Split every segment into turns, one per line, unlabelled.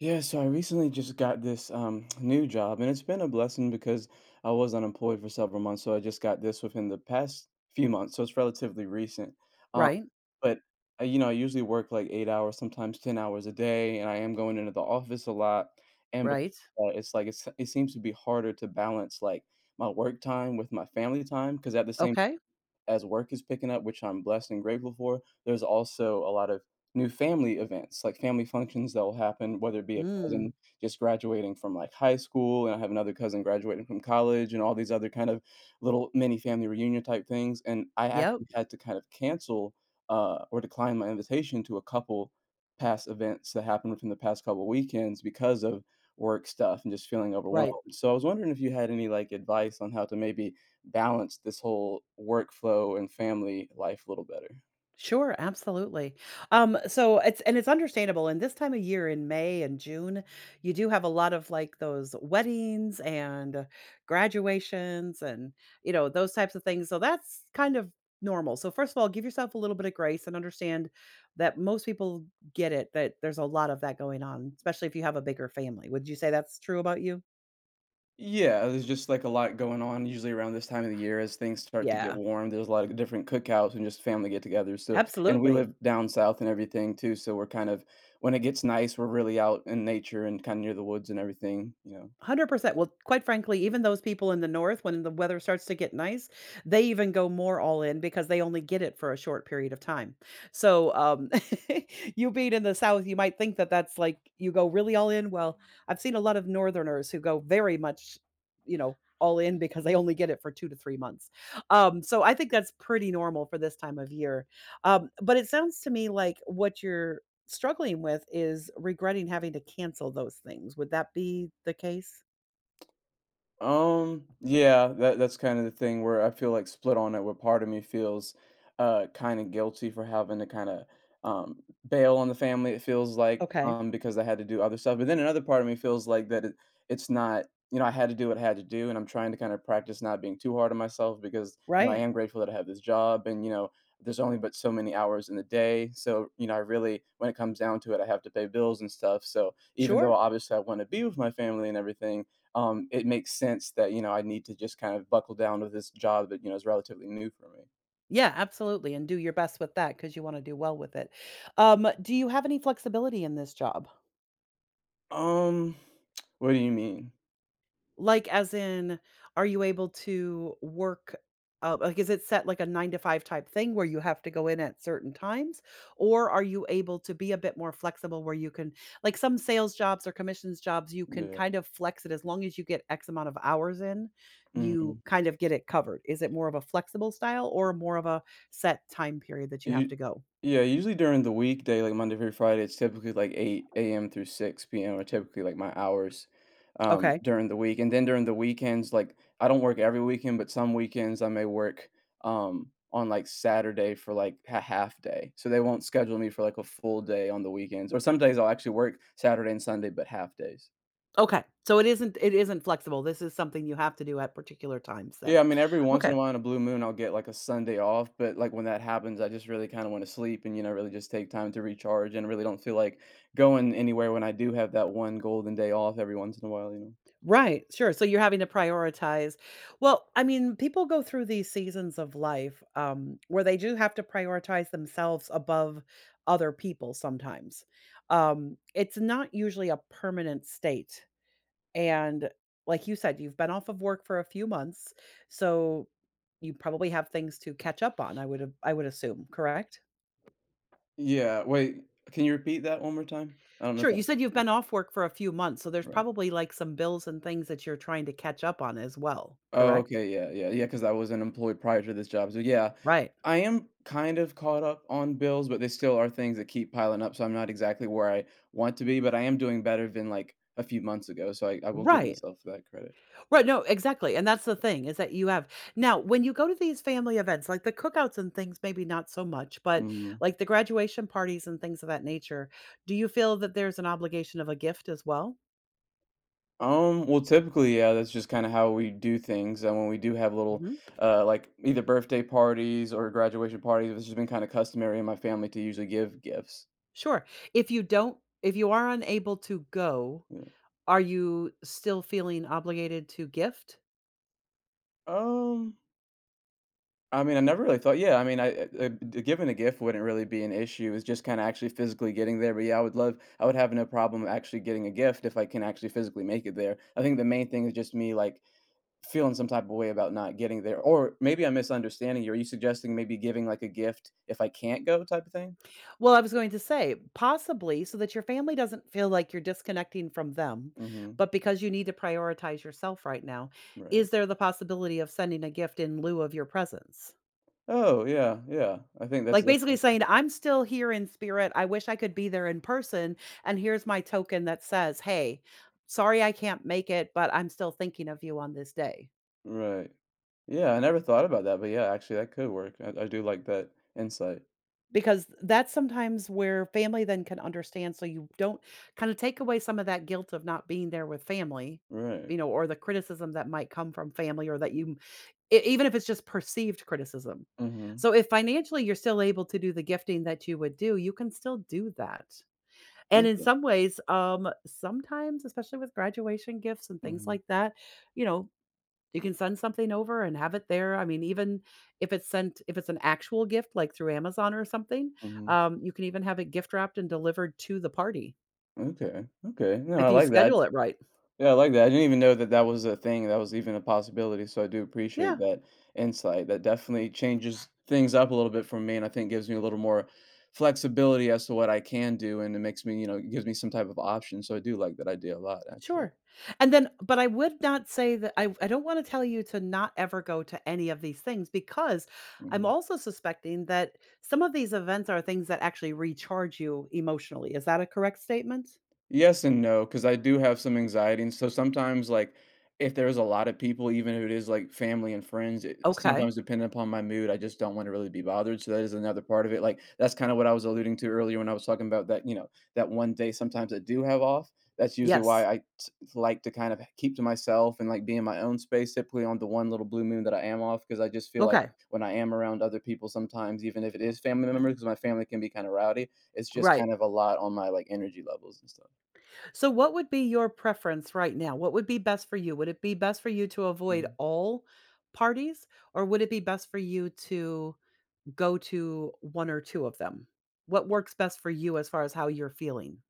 Yeah, so I recently just got this new job, and it's been a blessing because I was unemployed for several months. So I just got this within the past few months, so it's relatively recent. Um,
Right,
but you know, I usually work like 8 hours, sometimes 10 hours a day, and I am going into the office a lot. And because
right.
of that, it's like it seems to be harder to balance like my work time with my family time because at the same
Okay.
as work is picking up, which I'm blessed and grateful for, there's also a lot of new family events, like family functions that will happen, whether it be a
Mm.
cousin just graduating from like high school, and I have another cousin graduating from college, and all these other kind of little mini family reunion type things. And I
Yep,
actually had to kind of cancel or decline my invitation to a couple past events that happened within the past couple weekends because of work stuff and just feeling overwhelmed.
right.
So I was wondering if you had any like advice on how to maybe balance this whole workflow and family life a little better.
Sure, absolutely. So it's understandable, and this time of year in May and June, you do have a lot of, like, those weddings and graduations and, those types of things, so that's kind of normal. So first of all, give yourself a little bit of grace and understand that most people get it, that there's a lot of that going on, especially if you have a bigger family. Would you say that's true about you?
Yeah, there's just like a lot going on usually around this time of the year as things start to get
Yeah,
warm. There's a lot of different cookouts and just family get-togethers. So, and we
absolutely.
live down south and everything too, so we're kind of when it gets nice, we're really out in nature and kind of near the woods and everything, you know.
100%. Well, quite frankly, even those people in the north, when the weather starts to get nice, they even go more all in because they only get it for a short period of time. So, you being in the south, you might think that that's like you go really all in. Well, I've seen a lot of northerners who go very much, all in because they only get it for 2 to 3 months. So I think that's pretty normal for this time of year. But it sounds to me like what you're struggling with is regretting having to cancel those things. Would that be the case?
Yeah, that's kind of the thing where I feel like split on it, where part of me feels kind of guilty for having to kind of bail on the family, it feels like,
Okay.
because I had to do other stuff. But then another part of me feels like that it's not, you know, I had to do what I had to do, and I'm trying to kind of practice not being too hard on myself because, you know, I
Right.
am grateful that I have this job and, you know, there's only but so many hours in the day. So, you know, I really, when it comes down to it, I have to pay bills and stuff. So even though
Sure.
obviously I want to be with my family and everything, it makes sense that, you know, I need to just kind of buckle down with this job that, you know, is relatively new for me.
Yeah, absolutely. And do your best with that because you want to do well with it. Do you have any flexibility in this job?
Um, what do you mean?
Like, as in, are you able to work like, is it set like a 9 to 5 type thing where you have to go in at certain times? Or are you able to be a bit more flexible where you can like, some sales jobs or commissions jobs, you can
Yeah.
kind of flex it as long as you get X amount of hours in,
Mm-hmm.
you kind of get it covered. Is it more of a flexible style or more of a set time period that you have
You
to go?
yeah, usually during the weekday, like Monday through Friday, it's typically like 8 AM through 6 PM are typically like my hours,
Okay.
during the week, and then during the weekends, like, I don't work every weekend, but some weekends I may work, on, like, Saturday for, like, a half day, so they won't schedule me for, like, a full day on the weekends, or some days I'll actually work Saturday and Sunday, but half days.
Okay. So it isn't flexible. This is something you have to do at particular times then.
Yeah, I mean, every once in
Okay.
a while on a blue moon, I'll get like a Sunday off, but like when that happens, I just really kind of want to sleep and, you know, really just take time to recharge and really don't feel like going anywhere when I do have that one golden day off every once in a while, you know.
Right, sure. So you're having to prioritize. Well, I mean, people go through these seasons of life where they do have to prioritize themselves above other people sometimes. It's not usually a permanent state. And like you said, you've been off of work for a few months. So you probably have things to catch up on, I would assume, correct?
Yeah, wait, can you repeat that one more time? I don't know
Sure.
if I
You said you've
yeah,
been off work for a few months. So there's
right.
probably like some bills and things that you're trying to catch up on as well,
Oh,
correct?
okay, yeah, yeah, yeah, because I was unemployed prior to this job. So yeah,
Right.
I am kind of caught up on bills, but there still are things that keep piling up. So I'm not exactly where I want to be, but I am doing better than like a few months ago. So I will give
Right.
myself that credit.
Right, no, exactly, and that's the thing is that you have now, when you go to these family events, like the cookouts and things, maybe not so much, but
Mhm.
like the graduation parties and things of that nature, do you feel that there's an obligation of a gift as well?
Well, typically, yeah, that's just kind of how we do things. And when we do have little,
Mhm.
like either birthday parties or graduation parties, it's just been kind of customary in my family to usually give gifts.
Sure. If you don't, if you are unable to go,
Yeah.
are you still feeling obligated to gift?
Um, I mean, I never really thought. Yeah, I mean, I giving a gift wouldn't really be an issue. It's just kind of actually physically getting there. But yeah, I would love. I would have no problem actually getting a gift if I can actually physically make it there. I think the main thing is just me like feeling some type of way about not getting there, or maybe I'm misunderstanding you. Are you suggesting maybe giving like a gift if I can't go type of thing?
Well, I was going to say, possibly so that your family doesn't feel like you're disconnecting from them,
Mhm,
but because you need to prioritize yourself right now,
right.
is there the possibility of sending a gift in lieu of your presence?
Oh, yeah, yeah. I think that's
Like basically
definitely
saying, I'm still here in spirit. I wish I could be there in person. And here's my token that says, hey, sorry I can't make it, but I'm still thinking of you on this day.
right. Yeah, I never thought about that, but yeah, actually that could work. I do like that insight.
Because that's sometimes where family then can understand, so you don't kinda take away some of that guilt of not being there with family,
Right.
or the criticism that might come from family or that you e even if it's just perceived criticism.
Mhm.
So if financially you're still able to do the gifting that you would do, you can still do that. And in
Okay.
some ways, sometimes, especially with graduation gifts and things
Mhm.
like that, you know, you can send something over and have it there. I mean, even if it's an actual gift, like through Amazon or something,
Mhm.
you can even have it gift wrapped and delivered to the party
Okay. Okay. No,
if
I
you
like that.
schedule it right.
Yeah, I like that. I didn't even know that that was a thing, that was even a possibility, so I do appreciate
Yeah,
that insight. That definitely changes things up a little bit for me, and I think gives me a little more flexibility as to what I can do, and it makes me, you know, it gives me some type of option, so I do like that idea a lot, actually.
sure. And then but I would not say that I don't want to tell you to not ever go to any of these things because I'm
Mhm.
also suspecting that some of these events are things that actually recharge you emotionally. Is that a correct statement?
Yes and no, because I do have some anxiety, and so sometimes, like, if there's a lot of people, even if it is like family and friends,
Okay.
sometimes depending upon my mood, I just don't want to really be bothered. So that is another part of it. Like that's kind of what I was alluding to earlier when I was talking about that. You know, that one day sometimes I do have off. That's usually why
Yes.
I like to kind of keep to myself and like be in my own space. Typically on the one little blue moon that I am off, because I just feel like
Okay.
when I am around other people, sometimes even if it is family members, because my family can be kind of rowdy, it's just
Right.
kind of a lot on my like energy levels and stuff.
So what would be your preference right now? What would be best for you? Would it be best for you to avoid
Mhm.
all parties, or would it be best for you to go to 1 or 2 of them? What works best for you as far as how you're feeling?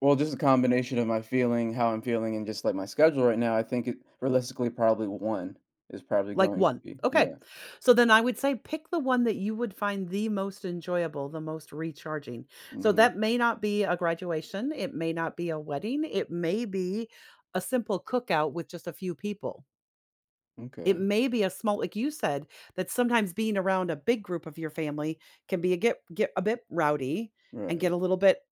Well, just a combination of my feeling, how I'm feeling, and just like my schedule right now, I think it realistically probably one is probably
Like
going to
1.
be
Okay.
yeah.
So then I would say pick the one that you would find the most enjoyable, the most recharging. So
Mhm.
that may not be a graduation, it may not be a wedding, it may be a simple cookout with just a few people. It
Okay.
may be a small like you said, that sometimes being around a big group of your family can be a get a bit rowdy and get
Right.
a little bit,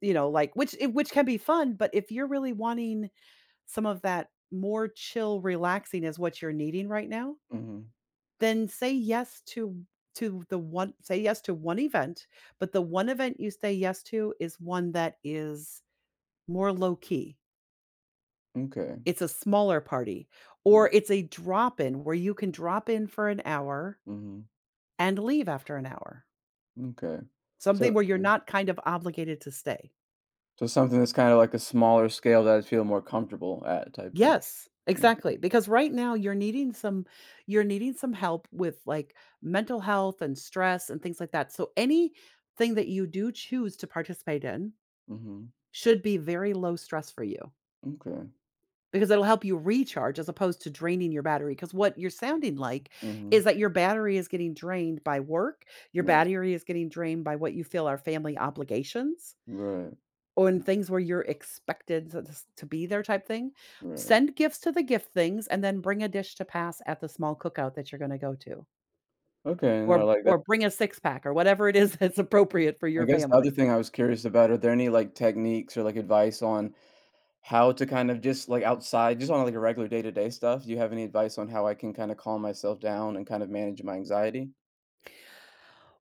like which can be fun, but if you're really wanting some of that more chill relaxing is what you're needing right now,
Mhm.
then say yes to the one say yes to one event, but the one event you say yes to is one that is more low key.
Okay.
It's a smaller party or
Okay.
it's a drop in where you can drop in for an hour
Mhm.
and leave after an hour.
Okay.
Something
So
where you're
uh,
not kind of obligated to stay.
so something that's kinda like a smaller scale that I feel more comfortable at type thing.
Yes,
Okay.
exactly, because right now you're needing some help with, like, mental health and stress and things like that, so anything that you do choose to participate in
Mhm.
should be very low stress for you
Okay.
because it'll help you recharge as opposed to draining your battery. Because what you're sounding like is
Mhm.
that your battery is getting drained by work, your
Right.
battery is getting drained by what you feel are family obligations
Right.
or things where you're expected to be there type thing,
Right.
send gifts to the gift things and then bring a dish to pass at the small cookout that you're gonna go to,
Okay, no, I
or
like that.
or bring a six pack or whatever it is that's appropriate for
I
your
guess the other
family.
thing I was curious about, are there any like techniques or like advice on how to kind of just like outside, just on like a regular day to day stuff. Do you have any advice on how I can kind of calm myself down and kind of manage my anxiety?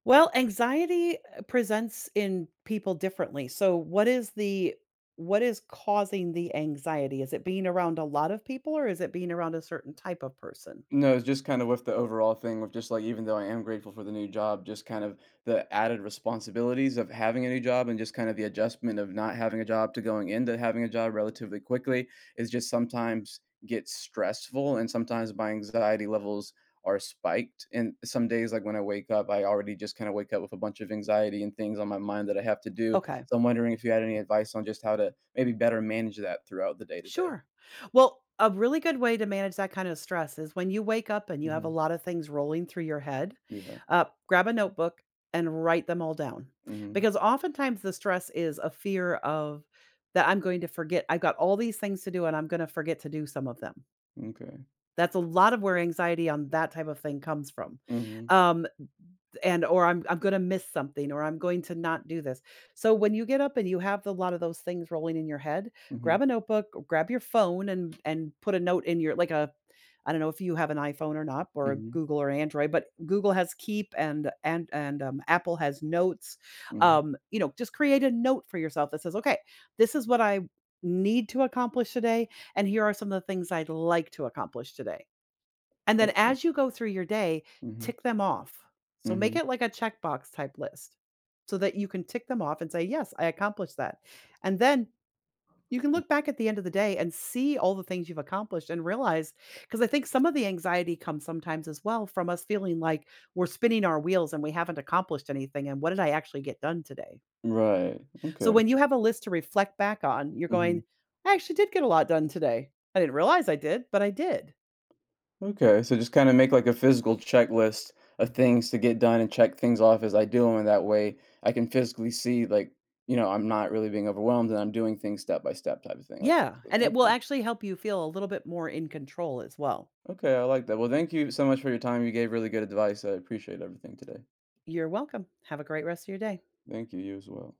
Well, anxiety, presents in people differently. So what is causing the anxiety? Is it being around a lot of people or is it being around a certain type of person?
No, it's just kind of with the overall thing of just like even though I am grateful for the new job, just kind of the added responsibilities of having a new job and just kind of the adjustment of not having a job to going into having a job relatively quickly is just sometimes gets stressful and sometimes my anxiety levels are spiked. And some days like when I wake up, I already just kind of wake up with a bunch of anxiety and things on my mind that I have to do.
Okay.
So I'm wondering if you had any advice on just how to maybe better manage that throughout the day to day.
Sure. Well, a really good way to manage that kind of stress is when you wake up and you have a
Mhm.
lot of things rolling through your head,
Yeah.
grab a notebook and write them all down.
Mhm.
Because oftentimes the stress is a fear of that I'm going to forget. I've got all these things to do and I'm going to forget to do some of them.
Okay.
That's a lot of where anxiety on that type of thing comes from.
Mhm.
Um, and or I'm gonna miss something or I'm going to not do this. So when you get up and you have a lot of those things rolling in your head, grab
Mhm,
a notebook, grab your phone and put a note in your like a I don't know if you have an iPhone or not or a
mhm,
Google or Android, but Google has Keep and Apple has Notes.
mhm,
Just create a note for yourself that says, "Okay, this is what I need to accomplish today and here are some of the things I'd like to accomplish today." And then
okay,
as you go through your day,
mhm,
tick them off. So make
mhm,
it like a checkbox type list so that you can tick them off and say, "Yes, I accomplished that." And then you can
mm
look back at the end of the day and see all the things you've accomplished and realize because I think some of the anxiety comes sometimes as well from us feeling like we're spinning our wheels and we haven't accomplished anything. And what did I actually get done today?
right,
So
okay,
when you have a list to reflect back on, you're going,
mhm,
I actually did get a lot done today. I didn't realize I did, but I did.
okay, so just kinda make, like, a physical checklist of things to get done and check things off as I do 'em, and that way I can physically see, like, you know, I'm not really being overwhelmed and I'm doing things step by step type of thing, like,
Yeah,
physically.
and it will
Okay,
actually help you feel a little bit more in control as well.
okay, I like that. Well, thank you so much for your time, you gave really good advice, I appreciate everything today.
You're welcome. Have a great rest of your day.
Thank you, you as well.